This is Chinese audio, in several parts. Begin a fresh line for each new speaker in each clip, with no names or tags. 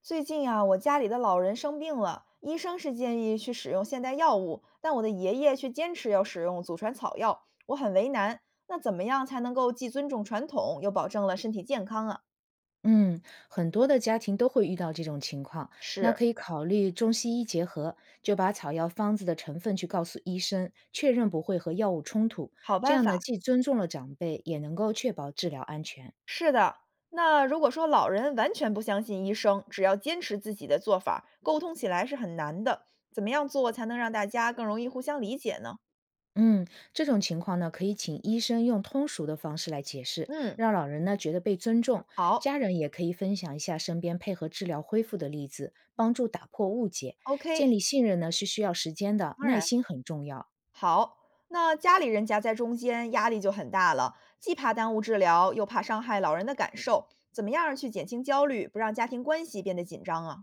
最近啊，我家里的老人生病了，医生是建议去使用现代药物，但我的爷爷却坚持要使用祖传草药，我很为难。那怎么样才能够既尊重传统，又保证了身体健康啊？
嗯，很多的家庭都会遇到这种情况，那
是，
可以考虑中西医结合，就把草药方子的成分去告诉医生，确认不会和药物冲突。
好
这
办
样
法，
呢，既尊重了长辈，也能够确保治疗安全。
是的。那如果说老人完全不相信医生，只要坚持自己的做法，沟通起来是很难的。怎么样做才能让大家更容易互相理解呢？
嗯，这种情况呢，可以请医生用通俗的方式来解释，
嗯，
让老人呢觉得被尊重。家
好
人也可以分享一下身边配合治疗恢复的例子，帮助打破误解。建
，OK，
立信任呢是需要时间的，
当
耐
然。
心很重要。
好，那家里人夹在中间，压力就很大了，既怕耽误治疗，又怕伤害老人的感受，怎么样儿去减轻焦虑，不让家庭关系变得紧张啊？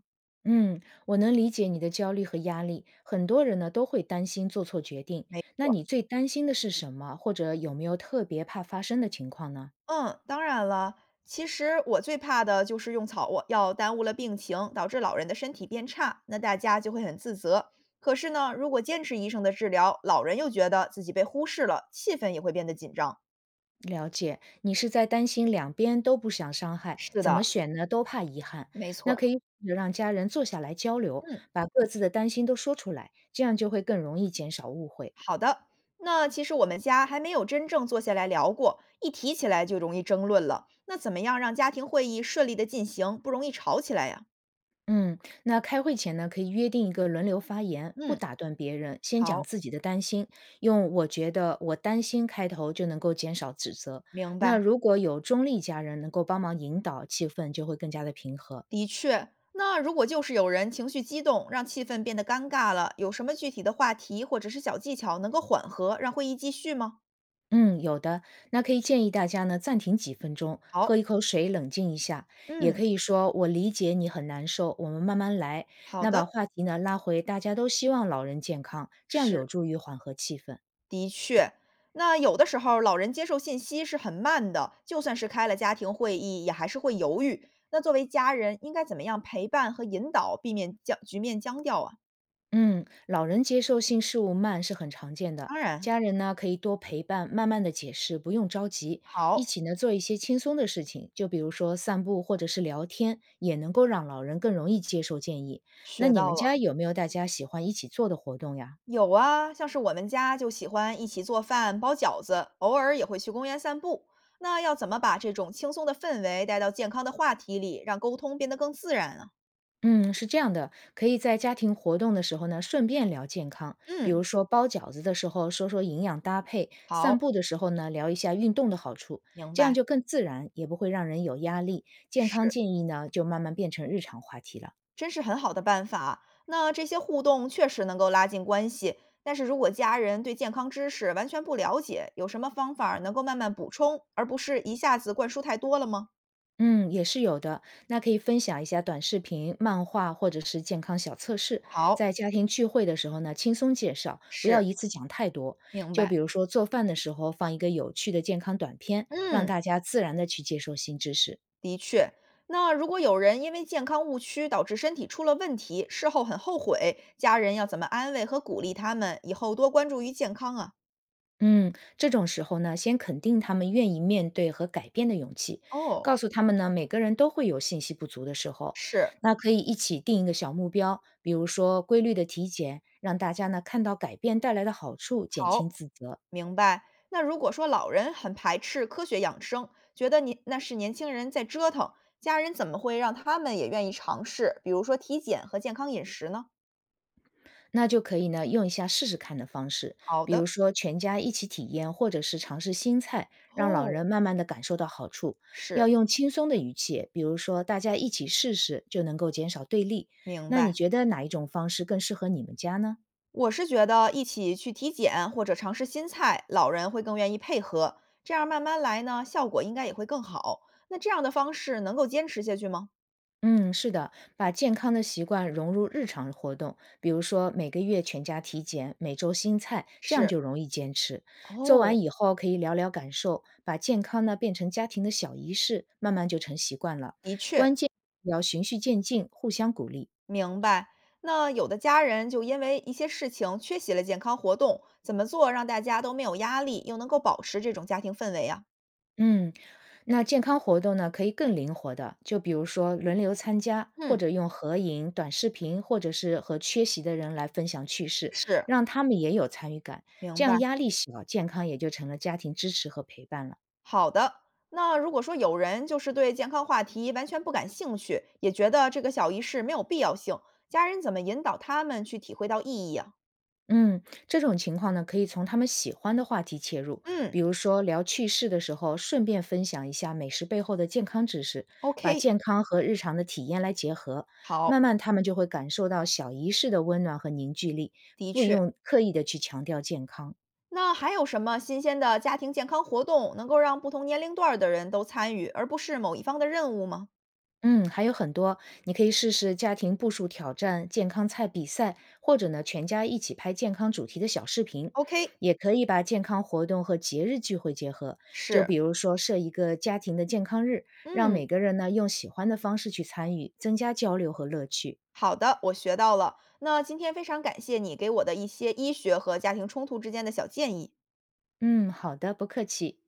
嗯，我能理解你的焦虑和压力。很多人呢都会担心做错决定。
没，
那你最担心的是什么？或者有没有特别怕发生的情况呢？
嗯，当然了，其实我最怕的就是用草药耽误了病情，导致老人的身体变差，那大家就会很自责。可是呢，如果坚持医生的治疗，老人又觉得自己被忽视了，气氛也会变得紧张。
了解，你是在担心两边都不想伤害，
是
怎么
的，
选呢都怕遗憾。
没错
那
儿。
可以试着让家人坐下来交流，
嗯。
把各自的担心都说出来，这样就会更容易减少误会。
好的，那其实我们家还没有真正坐下来聊过，一提起来就容易争论了。那怎么样让家庭会议顺利的进行，不容易吵起来呀？
嗯，那开会前呢，可以约定一个轮流发言，不
嗯，
打断别人，先讲
好，
自己的担心，用“我觉得”“我担心”开头就能够减少指责。
明
那
白。
如果有中立家人能够帮忙引导，气氛就会更加的平和。
的确，那如果就是有人情绪激动，让气氛变得尴尬了，有什么具体的话题或者是小技巧能够缓和，让会议继续吗？
嗯，有的。那可以建议大家呢暂停几分钟，喝一
好，
口水，冷静一下。也
嗯，
可以说“我理解你很难受，我们慢慢来”。
好
那把
的，
话题呢拉回大家都希望老人健康，这样有
是。
助于缓和气氛。
那有的时候老人接受信息是很慢的，就算是开了家庭会议，也还是会犹豫。那作为家人，应该怎么样陪伴和引导，避免僵局面僵掉啊？
嗯，老人接受性事物慢是很常见的，
当然，
家人呢可以多陪伴，慢慢的解释，不用着急，一
好，
起呢做一些轻松的事情，就比如说散步或者是聊天，也能够让老人更容易接受建议。那
学
你
到
们
了。
家有没有大家喜欢一起做的活动呀？
有啊，像是我们家就喜欢一起做饭、包饺子，偶尔也会去公园散步。那要怎么把这种轻松的氛围带到健康的话题里，让沟通变得更自然啊？
嗯，是这样的，可以在家庭活动的时候呢，顺便聊健康，比如
嗯，
说包饺子的时候说说营养搭配，散
好，
步的时候呢聊一下运动的好处，
明
这样
白。
就更自然，也不会让人有压力。健康
是。
建议呢，就慢慢变成日常话题了。
真是很好的办法。那这些互动确实能够拉近关系，但是如果家人对健康知识完全不了解，有什么方法能够慢慢补充，而不是一下子灌输太多了吗？
嗯，也是有的。那可以分享一下短视频、漫画或者是健康小测试，在
好，
家庭聚会的时候呢，轻松介绍，不要
是，
一次讲太多。
明
就比
白。
如说做饭的时候放一个有趣的健康短片，让
嗯，
大家自然的去接受新知识。
的确。那如果有人因为健康误区导致身体出了问题，事后很后悔，家人要怎么安慰和鼓励他们，以后多关注于健康啊？
嗯，这种时候呢，先肯定他们愿意面对和改变的勇气，
哦，
告诉他们呢，每个人都会有信息不足的时候，
是，
那可以一起定一个小目标，比如说规律的体检，让大家呢看到改变带来的好处，减轻
好，
自责。
明白。那如果说老人很排斥科学养生，觉得年那是年轻人在折腾，家人怎么会让他们也愿意尝试，比如说体检和健康饮食呢？
那就可以呢用一下试试看的方式，
好
比如
的，
说全家一起体验，或者是尝试新菜，让老
哦，
人慢慢的感受到好处。要
是，
用轻松的语气，比如说大家一起试试，就能够减少对立。
明
那你
白。
觉得哪一种方式更适合你们家呢？
我是觉得一起去体检或者尝试新菜，老人会更愿意配合，这样慢慢来呢，效果应该也会更好。那这样的方式能够坚持下去吗？
嗯，是的，把健康的习惯融入日常活动，比如说每个月全家体检，每周新菜，这样
是，
就容易坚持。做
哦，
完以后可以聊聊感受，把健康呢变成家庭的小仪式，慢慢就成习惯了。
的确，
关键要循序渐进，互相鼓励。
明白。那有的家人就因为一些事情缺席了健康活动，怎么做让大家都没有压力，又能够保持这种家庭氛围啊？
嗯，那健康活动呢，可以更灵活的，就比如说轮流参加，或
嗯，
者用合影、短视频，或者是和缺席的人来分享趣事，
是，
让他们也有参与感，
明
这
白。
样压力小，健康也就成了家庭支持和陪伴了。
好的。那如果说有人就是对健康话题完全不感兴趣，也觉得这个小仪式没有必要性，家人怎么引导他们去体会到意义啊？
嗯，这种情况呢，可以从他们喜欢的话题切入，
嗯
比如说聊趣事的时候，顺便分享一下美食背后的健康知识，把
，OK，
健康和日常的体验来结合，慢
好，
慢他们就会感受到小仪式的温暖和凝聚力，
的
不
确。
用刻意的去强调健康。
那还有什么新鲜的家庭健康活动能够让不同年龄段儿的人都参与，而不是某一方的任务吗
嗯，还有很多，你可以试试家庭步数挑战、健康菜比赛，或者呢，全家一起拍健康主题的小视频，
？OK，
也可以把健康活动和节日聚会结合。就
是，
比如说设一个家庭的健康日，让
嗯，
每个人呢用喜欢的方式去参与，增加交流和乐趣。
好的，我学到了。那今天非常感谢你给我的一些医学和家庭冲突之间的小建议。
嗯，好的，不客气。